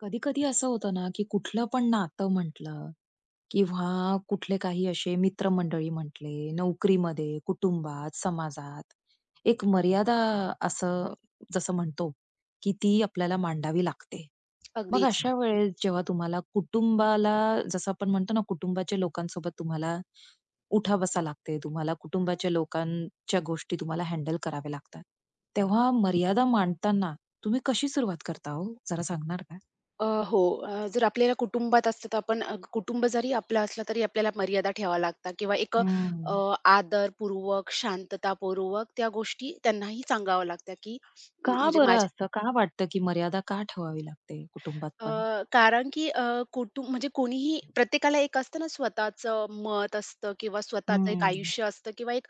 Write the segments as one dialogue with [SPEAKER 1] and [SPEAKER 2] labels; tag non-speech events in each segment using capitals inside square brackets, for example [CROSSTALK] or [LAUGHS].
[SPEAKER 1] कधी-कधी असं होतं ना, की कुठलं पण नातं म्हटलं किंवा कुठले काही असे मित्रमंडळी म्हटले, नोकरीमध्ये, कुटुंबात, समाजात एक मर्यादा असं जसं म्हणतो, की ती आपल्याला मांडावी लागते. मग हं.
[SPEAKER 2] अगदीच.
[SPEAKER 1] अशा वेळेस जेव्हा तुम्हाला कुटुंबाला जसं आपण म्हणतो ना, कुटुंबाच्या लोकांसोबत तुम्हाला उठा-बसा लागते, तुम्हाला कुटुंबाच्या लोकांच्या गोष्टी तुम्हाला हँडल कराव्या लागतात. तेव्हा मर्यादा मांडताना तुम्ही कशी सुरुवात करता हो? जरा सांगणार का?
[SPEAKER 2] हो. जर आपल्याला कुटुंबात असतं तर आपण कुटुंब जरी आपलं असलं तरी आपल्याला मर्यादा ठेवाव्या लागतात किंवा
[SPEAKER 1] हं.
[SPEAKER 2] आदरपूर्वक, शांततापूर्वक त्या गोष्टी त्यांनाही सांगाव्या लागतात, की
[SPEAKER 1] का
[SPEAKER 2] म्हणजे
[SPEAKER 1] बरं असं? का वाटतं, की मर्यादा का ठेवावी लागते कुटुंबात पण?
[SPEAKER 2] कारण की कुटुंब म्हणजे कोणीही प्रत्येकाला एक असतं ना स्वतःचं मत असतं किंवा स्वतःचं एक
[SPEAKER 1] हं.
[SPEAKER 2] आयुष्य असतं किंवा एक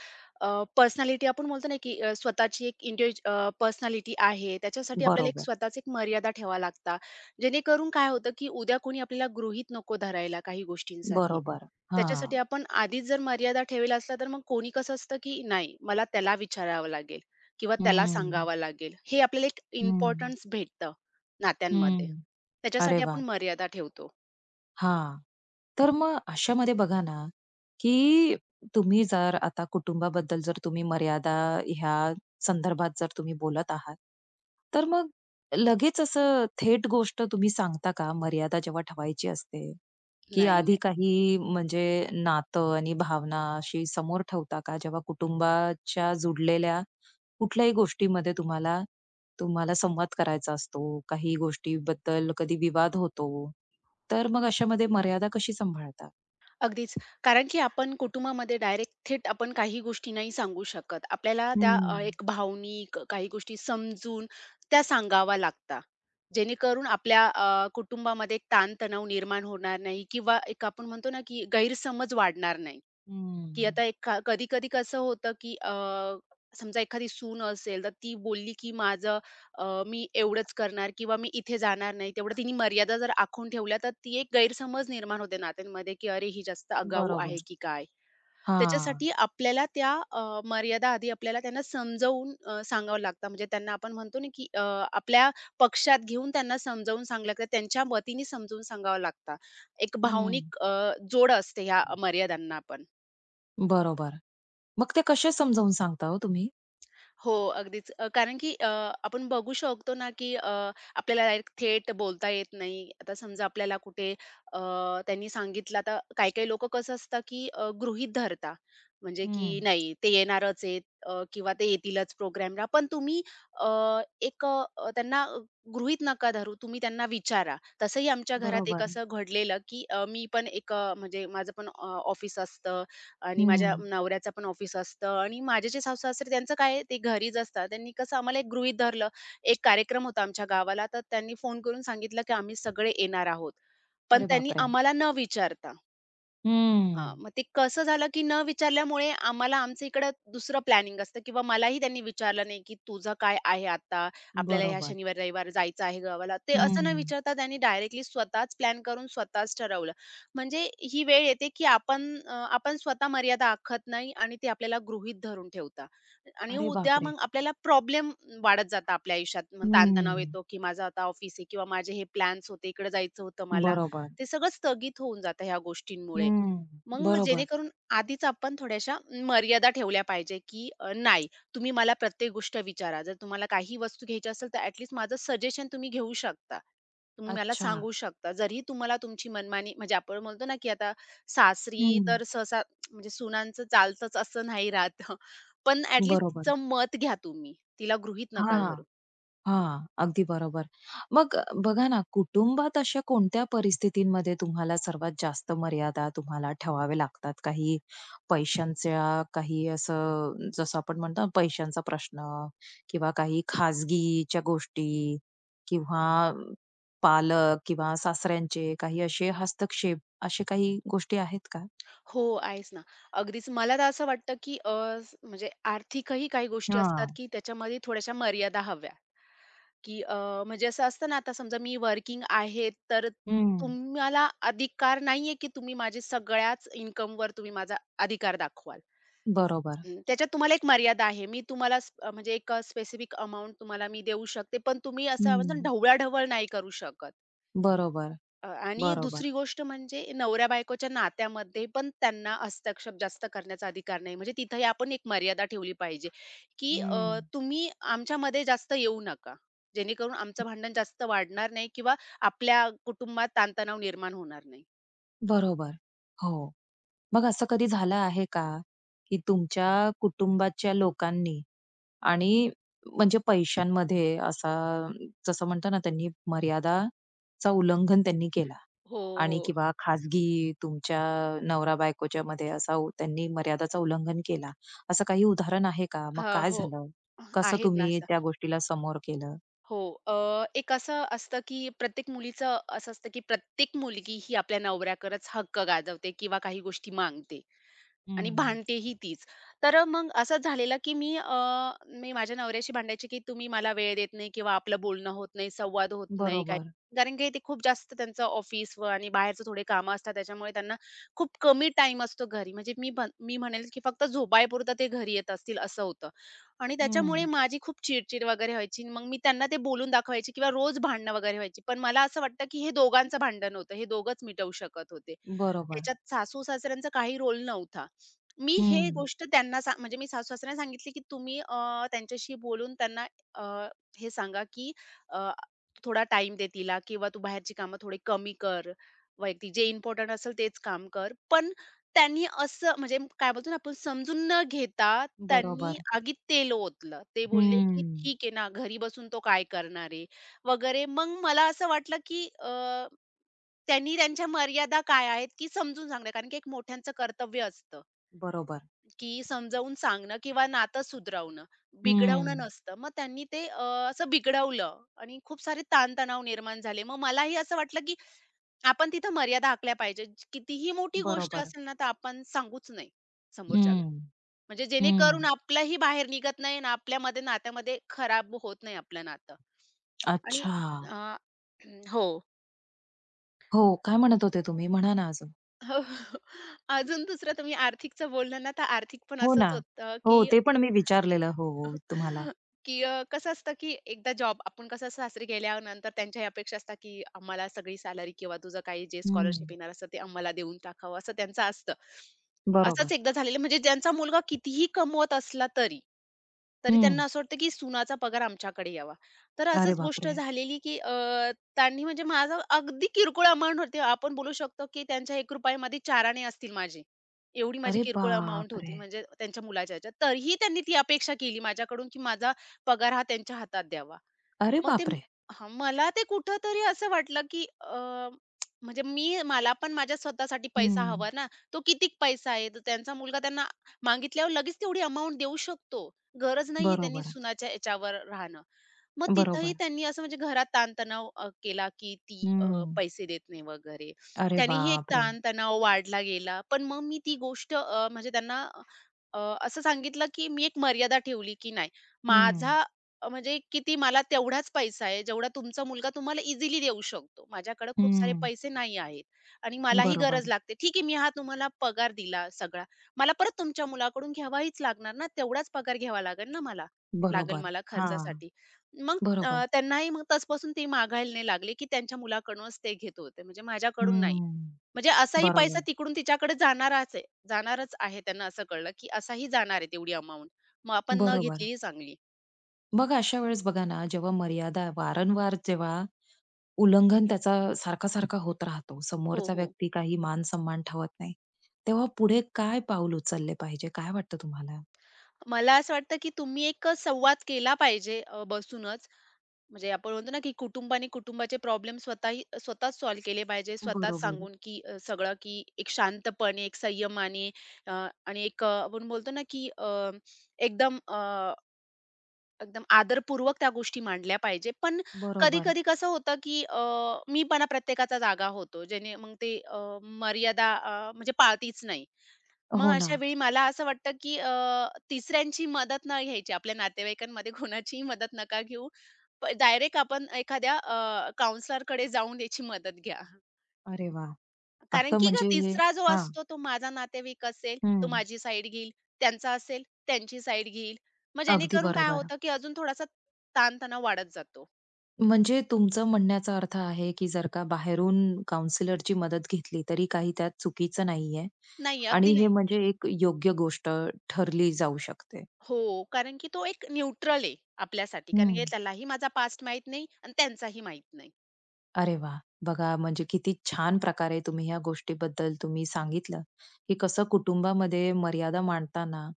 [SPEAKER 2] पर्सनॅलिटी आपण बोलतो ना की स्वतःची एक पर्सनॅलिटी आहे. त्याच्यासाठी आपल्याला एक
[SPEAKER 1] बरोबर,
[SPEAKER 2] स्वतःच एक मर्यादा ठेवाव्या लागतात. जेणेकरून काय होतं की उद्या कोणी आपल्याला गृहीत नको धरायला काही गोष्टींसाठी.
[SPEAKER 1] बरोबर.
[SPEAKER 2] त्याच्यासाठी
[SPEAKER 1] हां.
[SPEAKER 2] आपण आधीच जर मर्यादा ठेवलेल्या असल्या तर मग कोणी कसं असतं की नाही मला त्याला विचारावं लागेल किंवा त्याला
[SPEAKER 1] हं,
[SPEAKER 2] सांगावं लागेल. हे आपल्याला एक
[SPEAKER 1] हं,
[SPEAKER 2] इम्पोर्टन्स भेटतं नात्यांमध्ये.
[SPEAKER 1] हं. अरे
[SPEAKER 2] त्याच्यासाठी आपण
[SPEAKER 1] वाह!
[SPEAKER 2] मर्यादा ठेवतो.
[SPEAKER 1] हां. तर मग अशामध्ये बघा ना, की तुम्ही जर आता कुटुंबाबद्दल जर तुम्ही मर्यादा ह्या संदर्भात जर तुम्ही बोलत आहात, तर मग लगेच असं थेट गोष्ट तुम्ही सांगता का मर्यादा जेव्हा ठेवायची असते, की
[SPEAKER 2] नाही,
[SPEAKER 1] आधी
[SPEAKER 2] नाही.
[SPEAKER 1] काही म्हणजे नातं आणि भावना अशी समोर ठेवता का? जेव्हा कुटुंबाच्या जुडलेल्या कुठल्याही गोष्टीमध्ये तुम्हाला तुम्हाला संवाद करायचा असतो, काही गोष्टीबद्दल कधी विवाद होतो, तर मग अशामध्ये मर्यादा कशी सांभाळता?
[SPEAKER 2] अगदीच. कारण की आपण कुटुंबामध्ये डायरेक्ट थेट आपण काही गोष्टी नाही सांगू शकत. आपल्याला त्या
[SPEAKER 1] हं.
[SPEAKER 2] एक भावनिक काही गोष्टी समजून त्या सांगावा लागता, जेणेकरून आपल्या कुटुंबामध्ये एक ताणतणाव निर्माण होणार नाही किंवा एक आपण म्हणतो ना, की गैरसमज वाढणार नाही. की आता
[SPEAKER 1] हम्म.
[SPEAKER 2] एक कधी-कधी कसं होतं, की समजा एखादी सून असेल, तर ती बोलली, की माझं मी एवढंच करणार किंवा मी इथे जाणार नाही. तेवढं तिने मर्यादा जर आखून ठेवल्या, तर ती एक गैरसमज निर्माण होते नात्यांमध्ये, की "अरे, ही जास्त आगाऊ आहे
[SPEAKER 1] बरोबर.
[SPEAKER 2] की काय?"
[SPEAKER 1] हां.
[SPEAKER 2] त्याच्यासाठी आपल्याला मर्यादा आधी आपल्याला त्यांना समजावून सांगावं लागतं. म्हणजे त्यांना आपण म्हणतो ना, की आपल्या पक्षात घेऊन त्यांना समजावून सांगावं लागतं. त्यांच्या मतीने समजावून सांगावं लागतं. एक
[SPEAKER 1] हं.
[SPEAKER 2] भावनिक अ, जोड असते ह्या मर्यादांना पण.
[SPEAKER 1] बरोबर. मग ते कसे समजावून सांगता हो तुम्ही?
[SPEAKER 2] हो, अगदीच. कारण की आपण बघू शकतो ना, की आपल्याला डायरेक्ट थेट बोलता येत नाही. आता समजा आपल्याला कुठे अ, त्यांनी सांगितलं आता काही-काही लोकं कसं असतं, की गृहीत धरता. म्हणजे की
[SPEAKER 1] हं.
[SPEAKER 2] नाही ते येणारच आहेत किंवा ते येतीलच प्रोग्रामला. पण तुम्ही अ, त्यांना गृहीत नका धरू. तुम्ही त्यांना विचारा. तसंही आमच्या घरात एक
[SPEAKER 1] बरोबर.
[SPEAKER 2] असं घडलेलं, की मी पण म्हणजे माझं पण ऑफिस असतं. आणि
[SPEAKER 1] हं.
[SPEAKER 2] माझ्या नवऱ्याचं पण ऑफिस असतं आणि माझे जे सासू-सासरे त्यांचं काय आहे, ते घरीच असतात. त्यांनी कसं आम्हाला एक गृहीत धरलं. एक कार्यक्रम होता आमच्या गावाला, तर त्यांनी फोन करून सांगितलं, की "आम्ही सगळे येणार आहोत." पण
[SPEAKER 1] अरे
[SPEAKER 2] त्यांनी
[SPEAKER 1] बापरे!
[SPEAKER 2] आम्हाला न विचारता. हां,
[SPEAKER 1] हं.
[SPEAKER 2] मग ते कसं झालं, की न विचारल्यामुळे आम्हाला आमचं इकडं दुसरं प्लॅनिंग असतं किंवा मलाही त्यांनी विचारलं नाही, की "तुझं काय आहे आता? आपल्याला ह्या
[SPEAKER 1] बरोबर.
[SPEAKER 2] शनिवार, रविवार जायचं आहे गावाला." ते असं न
[SPEAKER 1] हं.
[SPEAKER 2] विचारता त्यांनी डायरेक्टली स्वतःच प्लॅन करून स्वतःच ठरवलं. म्हणजे ही वेळ येते, की आपण स्वतः मर्यादा आखत नाही आणि ते आपल्याला गृहीत धरून ठेवतात आणि
[SPEAKER 1] अरे
[SPEAKER 2] उद्या
[SPEAKER 1] बापरे!
[SPEAKER 2] मग आपल्याला प्रॉब्लेम वाढत जातात आपल्या आयुष्यात. मग ताणतणाव
[SPEAKER 1] हं.
[SPEAKER 2] येतो, की माझं आता ऑफिस आहे किंवा माझे हे प्लॅन्स होते, इकडे जायचं होतं मला.
[SPEAKER 1] बरोबर.
[SPEAKER 2] ते सगळं स्थगित होऊन जातं ह्या गोष्टींमुळे.
[SPEAKER 1] हं.
[SPEAKER 2] मग
[SPEAKER 1] बरोबर.
[SPEAKER 2] जेणेकरून आधीच आपण थोड्याशा मर्यादा ठेवल्या पाहिजे, की नाही, तुम्ही मला प्रत्येक गोष्ट विचारा. जर तुम्हाला काही वस्तू घ्यायची असेल, तर ॲट माझं सजेशन तुम्ही घेऊ शकता. तुम्ही मला
[SPEAKER 1] अच्छा.
[SPEAKER 2] सांगू शकता. जरी तुम्हाला तुमची मनमानी म्हणजे आपण म्हणतो ना, की आता सासरी
[SPEAKER 1] हं.
[SPEAKER 2] तर सहसा म्हणजे सुनांचं चालतंच असं नाही राहत. पण ॲट
[SPEAKER 1] बरोबर.
[SPEAKER 2] तिचं मत घ्या तुम्ही. तिला गृहीत नका
[SPEAKER 1] हां.
[SPEAKER 2] धरू.
[SPEAKER 1] हां, अगदी बरोबर. मग बघा ना, कुटुंबात अशा कोणत्या परिस्थितींमध्ये तुम्हाला सर्वात जास्त मर्यादा तुम्हाला ठेवाव्या लागतात? काही पैशांच्या, काही असं जसं आपण म्हणतो ना, पैशांचा प्रश्न किंवा काही खाजगीच्या गोष्टी किंवा पालक किंवा सासऱ्यांचे काही असे हस्तक्षेप, असे काही गोष्टी आहेत का?
[SPEAKER 2] हो, आहेच ना. अगदीच मला तर असं वाटतं, की म्हणजे आर्थिकही काही गोष्टी असतात,
[SPEAKER 1] हां.
[SPEAKER 2] की त्याच्यामध्ये थोड्याशा मर्यादा हव्या. की म्हणजे असं असतं ना, आता समजा मी वर्किंग आहे, तर
[SPEAKER 1] हं.
[SPEAKER 2] तुम्हाला अधिकार नाहीये, की तुम्ही माझे सगळ्याच इन्कमवर तुम्ही माझा अधिकार दाखवाल.
[SPEAKER 1] बरोबर.
[SPEAKER 2] हं, त्याच्यात तुम्हाला एक मर्यादा आहे. मी तुम्हाला म्हणजे एक स्पेसिफिक अमाउंट तुम्हाला मी देऊ शकते, पण तुम्ही असं म्हणतो ना
[SPEAKER 1] हं.
[SPEAKER 2] ढवळाढवळ नाही करू शकत.
[SPEAKER 1] बरोबर,
[SPEAKER 2] आणि
[SPEAKER 1] बरोबर.
[SPEAKER 2] दुसरी गोष्ट म्हणजे नवऱ्या बायकोच्या नात्यामध्ये पण त्यांना हस्तक्षेप जास्त करण्याचा अधिकार नाही. म्हणजे तिथेही आपण एक मर्यादा ठेवली पाहिजे, की
[SPEAKER 1] हं.
[SPEAKER 2] तुम्ही आमच्यामध्ये जास्त येऊ नका. जेणेकरून आमचं भांडण जास्त वाढणार नाही किंवा आपल्या कुटुंबात ताणतणाव निर्माण होणार नाही.
[SPEAKER 1] बरोबर. हो. मग असं कधी झालं आहे का, की तुमच्या कुटुंबाच्या लोकांनी आणि म्हणजे पैशांमध्ये असा जसं म्हणतो ना, त्यांनी मर्यादाचा उल्लंघन केला
[SPEAKER 2] हो,
[SPEAKER 1] आणि
[SPEAKER 2] हो.
[SPEAKER 1] किंवा खाजगी तुमच्या नवरा-बायकोच्या मध्ये असा त्यांनी मर्यादाचा उल्लंघन केला. असं काही उदाहरण आहे का? मग
[SPEAKER 2] हां,
[SPEAKER 1] काय
[SPEAKER 2] हो.
[SPEAKER 1] झालं? कसं
[SPEAKER 2] आहेत ना
[SPEAKER 1] तुम्ही
[SPEAKER 2] असं.
[SPEAKER 1] त्या गोष्टीला समोर केलं?
[SPEAKER 2] हो. एक असं असतं, की प्रत्येक मुलीचं असं असतं, की प्रत्येक मुलगी ही आपल्या नवऱ्याकडेच हक्क गाजवते किंवा काही गोष्टी मागते. आणि
[SPEAKER 1] हं.
[SPEAKER 2] भांडतेही तीच. तर मग असं झालेलं, की मी माझ्या नवऱ्याशी भांडायची, की तुम्ही मला वेळ देत नाही किंवा आपलं बोलणं होत नाही, संवाद होत नाही काही.
[SPEAKER 1] बरोबर.
[SPEAKER 2] कारण की ते खूप जास्त त्यांचं ऑफिस व आणि बाहेरचं थोडे कामं असतात, त्याच्यामुळे त्यांना खूप कमी टाईम असतो घरी. म्हणजे मी पण मी म्हणेल, की फक्त झोपायपुरतं ते घरी येत असतील असं होतं. आणि त्याच्यामुळे
[SPEAKER 1] हं.
[SPEAKER 2] माझी खूप चिडचिड वगैरे व्हायची. मग मी त्यांना ते बोलून दाखवायची किंवा रोज भांडणं वगैरे व्हायची. पण मला असं वाटतं, की हे दोघांचं भांडण होतं. हे दोघंच मिटवू शकत होते.
[SPEAKER 1] बरोबर.
[SPEAKER 2] त्याच्यात सासू-सासऱ्यांचा काही रोल नव्हता. मी हे
[SPEAKER 1] हं.
[SPEAKER 2] गोष्ट त्यांना सा म्हणजे मी सासू-सासऱ्यांना सांगितली, की तुम्ही त्यांच्याशी बोलून त्यांना अ, हे सांगा, की अ, थोडा टाईम दे तिला किंवा तू बाहेरची कामं थोडी कमी कर. वैयक्तिक जे इम्पोर्टंट असेल तेच काम कर. पण त्यांनी असं म्हणजे काय बोलतो ना आपण समजून न घेता त्यांनी
[SPEAKER 1] बरोबर.
[SPEAKER 2] आगीत तेल ओतलं. ते बोलले,
[SPEAKER 1] हं.
[SPEAKER 2] की "ठीक आहे ना, घरी बसून तो काय करणार आहे?" वगैरे. मग मला असं वाटलं, की त्यांनी त्यांच्या मर्यादा काय आहेत, की समजून सांगणं. कारण की एक मोठ्यांचं कर्तव्य असतं.
[SPEAKER 1] बरोबर.
[SPEAKER 2] की समजावून सांगणं किंवा नातं सुधरवणं, बिघडवणं
[SPEAKER 1] हं.
[SPEAKER 2] नसतं. मग त्यांनी ते असं बिघडवलं आणि खूप सारे ताणतणाव निर्माण झाले. मग मलाही असं वाटलं की आपण तिथं मर्यादा आखल्या पाहिजेत. कितीही मोठी गोष्ट
[SPEAKER 1] बरोबर.
[SPEAKER 2] असेल ना, तर आपण सांगूच नाही समोरच्याला.
[SPEAKER 1] हं,
[SPEAKER 2] म्हणजे जेणेकरून
[SPEAKER 1] हं.
[SPEAKER 2] आपल्याही बाहेर निघत नाही आणि आपल्यामध्ये नात्यामध्ये खराब होत नाही आपलं नातं. आणि
[SPEAKER 1] अच्छा.
[SPEAKER 2] अ, हो. हो.
[SPEAKER 1] हो, काय म्हणत होते तुम्ही? म्हणा ना अजून.
[SPEAKER 2] [LAUGHS] अजून दुसरं तुम्ही आर्थिकचं बोललं ना, तर आर्थिक पण
[SPEAKER 1] हो ना.
[SPEAKER 2] असंच होतं
[SPEAKER 1] हो,
[SPEAKER 2] की
[SPEAKER 1] ते पण मी विचारलेलं हो, हो तुम्हाला.
[SPEAKER 2] [LAUGHS] की कसं असतं की एकदा जॉब आपण कसं सासरी गेल्यानंतर त्यांच्या ह्या अपेक्षा असतात की आम्हाला सगळी सॅलरी किंवा तुझं काही जे स्कॉलरशिप
[SPEAKER 1] हं,
[SPEAKER 2] येणार असतं ते आम्हाला देऊन टाकावं असं त्यांचं असतं.
[SPEAKER 1] बरोबर.
[SPEAKER 2] असंच एकदा झालेलं म्हणजे ज्यांचा मुलगा कितीही कमवत असला तरी, तरी
[SPEAKER 1] हं.
[SPEAKER 2] त्यांना असं वाटतं की सुनाचा पगार आमच्याकडे यावा. तर
[SPEAKER 1] अरे
[SPEAKER 2] असंच गोष्ट
[SPEAKER 1] बापरे!
[SPEAKER 2] झालेली की त्यांनी म्हणजे माझा अगदी किरकोळ अमाउंट होती. आपण बोलू शकतो की त्यांच्या ₹1 मध्ये 4 असतील माझे. एवढी माझी
[SPEAKER 1] अरे
[SPEAKER 2] किरकोळ अमाउंट होती
[SPEAKER 1] बापरे!
[SPEAKER 2] म्हणजे त्यांच्या मुलाच्या ह्याच्यात. तरीही त्यांनी ती अपेक्षा केली माझ्याकडून, की माझा पगार हा त्यांच्या हातात द्यावा.
[SPEAKER 1] अरे
[SPEAKER 2] मग ते
[SPEAKER 1] बापरे!
[SPEAKER 2] हां, मला ते कुठेतरी असं वाटलं, की म्हणजे मी मला पण माझ्या स्वतःसाठी पैसा
[SPEAKER 1] हं.
[SPEAKER 2] हवा ना. तो कितीक पैसा आहे, तर त्यांचा मुलगा त्यांना मागितल्यावर लगेच तेवढी अमाउंट देऊ शकतो. गरज नाहीये त्यांनी
[SPEAKER 1] बरोबर,
[SPEAKER 2] सुनाच्या याच्यावर राहणं. मग तिथंही
[SPEAKER 1] बरोबर.
[SPEAKER 2] त्यांनी असं म्हणजे घरात ताणतणाव केला, की ती
[SPEAKER 1] हं.
[SPEAKER 2] पैसे देत नाही वगैरे.
[SPEAKER 1] अरे
[SPEAKER 2] त्यानेही एक
[SPEAKER 1] बापरे!
[SPEAKER 2] ताणतणाव वाढला गेला. पण मग मी ती गोष्ट म्हणजे त्यांना अ, असं सांगितलं, की मी एक मर्यादा ठेवली, की नाही
[SPEAKER 1] हं,
[SPEAKER 2] माझा म्हणजे किती मला तेवढाच पैसा आहे, जेवढा तुमचा मुलगा तुम्हाला इझिली देऊ शकतो. माझ्याकडे खूप सारे
[SPEAKER 1] हं.
[SPEAKER 2] पैसे नाही आहेत आणि मलाही गरज
[SPEAKER 1] बरोबर,
[SPEAKER 2] लागते. ठीक आहे, मी हा तुम्हाला पगार दिला सगळा. मला परत तुमच्या मुलाकडून घ्यावाहीच लागणार ना, तेवढाच पगार घ्यावा लागेल ना मला, लागेल
[SPEAKER 1] बरोबर.
[SPEAKER 2] मला
[SPEAKER 1] हां,
[SPEAKER 2] खर्चासाठी. मग
[SPEAKER 1] बरोबर.
[SPEAKER 2] त्यांनाही मग तसपासून ती मागायला नाही लागली, की त्यांच्या मुलाकडूनच ते घेत होते, म्हणजे माझ्याकडून नाही.
[SPEAKER 1] हं.
[SPEAKER 2] म्हणजे असाही पैसा
[SPEAKER 1] बरोबर,
[SPEAKER 2] तिकडून तिच्याकडे जाणाराच आहे जाणारच आहे. त्यांना असं कळलं, की असाही जाणार आहे तेवढी अमाउंट. मग आपण न
[SPEAKER 1] बरोबर.
[SPEAKER 2] घेतलीही चांगली.
[SPEAKER 1] बघा अशा वेळेस बघा ना, जेव्हा मर्यादा वारंवार जेव्हा उल्लंघन त्याचा सारखा-सारखा होत राहतो.
[SPEAKER 2] हो,
[SPEAKER 1] समोरचा
[SPEAKER 2] हो.
[SPEAKER 1] व्यक्ती काही मान-सन्मान ठेवत नाही. तेव्हा पुढे काय पाऊल उचलले पाहिजे? काय वाटतं तुम्हाला?
[SPEAKER 2] मला असं वाटतं, की तुम्ही एक संवाद केला पाहिजे बसूनच. म्हणजे आपण म्हणतो ना, की कुटुंबाने कुटुंबाचे प्रॉब्लेम स्वतःही स्वतःच सॉल्व्ह केले पाहिजे. स्वतःच
[SPEAKER 1] बरोबर.
[SPEAKER 2] सांगून, की सगळं की एक शांतपणे, एक संयमाने अ, आणि आपण बोलतो ना, की एकदम एकदम आदरपूर्वक त्या गोष्टी मांडल्या पाहिजे. पण
[SPEAKER 1] बरोबर.
[SPEAKER 2] कधी-कधी कसं होतं, की मी मीपणा प्रत्येकाचा जागा होतो. ज्याने मग मर्यादा म्हणजे पाळतीच नाही. मग
[SPEAKER 1] हो ना.
[SPEAKER 2] अशा वेळी मला असं वाटतं, की तिसऱ्यांची मदत न घ्यायची. आपल्या नातेवाईकांमध्ये कोणाचीही मदत नका घेऊ. डायरेक्ट आपण एखाद्या काउंसलरकडे जाऊन याची मदत घ्या.
[SPEAKER 1] अरे वाह!
[SPEAKER 2] कारण
[SPEAKER 1] असं
[SPEAKER 2] की ग
[SPEAKER 1] म्हणजे हे
[SPEAKER 2] तिसरा जो
[SPEAKER 1] हां.
[SPEAKER 2] असतो तो माझा नातेवाईक असेल, तो
[SPEAKER 1] हं.
[SPEAKER 2] माझी साईड घेईल, त्यांचा असेल, त्यांची साईड घेईल. मग
[SPEAKER 1] अगदी
[SPEAKER 2] जेणेकरून काय
[SPEAKER 1] बरोबर.
[SPEAKER 2] होतं, की अजून थोडासा ताणतणाव वाढत जातो.
[SPEAKER 1] म्हणजे तुमचं म्हणण्याचा अर्थ आहे, की जर का बाहेरून काउन्सिलरची मदत घेतली, तरी काही त्यात चुकीचं नाहीये
[SPEAKER 2] नाही,
[SPEAKER 1] आणि
[SPEAKER 2] अगदी
[SPEAKER 1] हे
[SPEAKER 2] नाही.
[SPEAKER 1] म्हणजे एक योग्य गोष्ट ठरली जाऊ शकते.
[SPEAKER 2] हो, कारण की तो एक न्यूट्रल आहे आपल्यासाठी. कारण की
[SPEAKER 1] हं.
[SPEAKER 2] त्यालाही माझा पास्ट माहीत नाही आणि त्यांचाही माहीत नाही.
[SPEAKER 1] अरे वा, बघा म्हणजे किती छान प्रकारे तुम्ही ह्या गोष्टीबद्दल सांगितलं, की कसं कुटुंबामध्ये मर्यादा मांडताना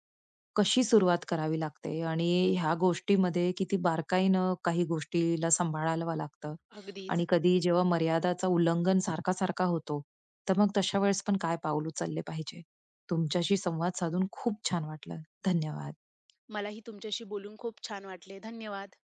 [SPEAKER 1] कशी सुरुवात करावी लागते आणि ह्या गोष्टीमध्ये किती बारकाईनं काही गोष्टीला सांभाळावं लागतं
[SPEAKER 2] अगदीच.
[SPEAKER 1] आणि कधी जेव्हा मर्यादाचा उल्लंघन सारखा-सारखा होतो, तर मग तशा वेळेस पण काय पाऊल उचलले पाहिजे. तुमच्याशी संवाद साधून खूप छान वाटलं. धन्यवाद.
[SPEAKER 2] मलाही तुमच्याशी बोलून खूप छान वाटले. धन्यवाद.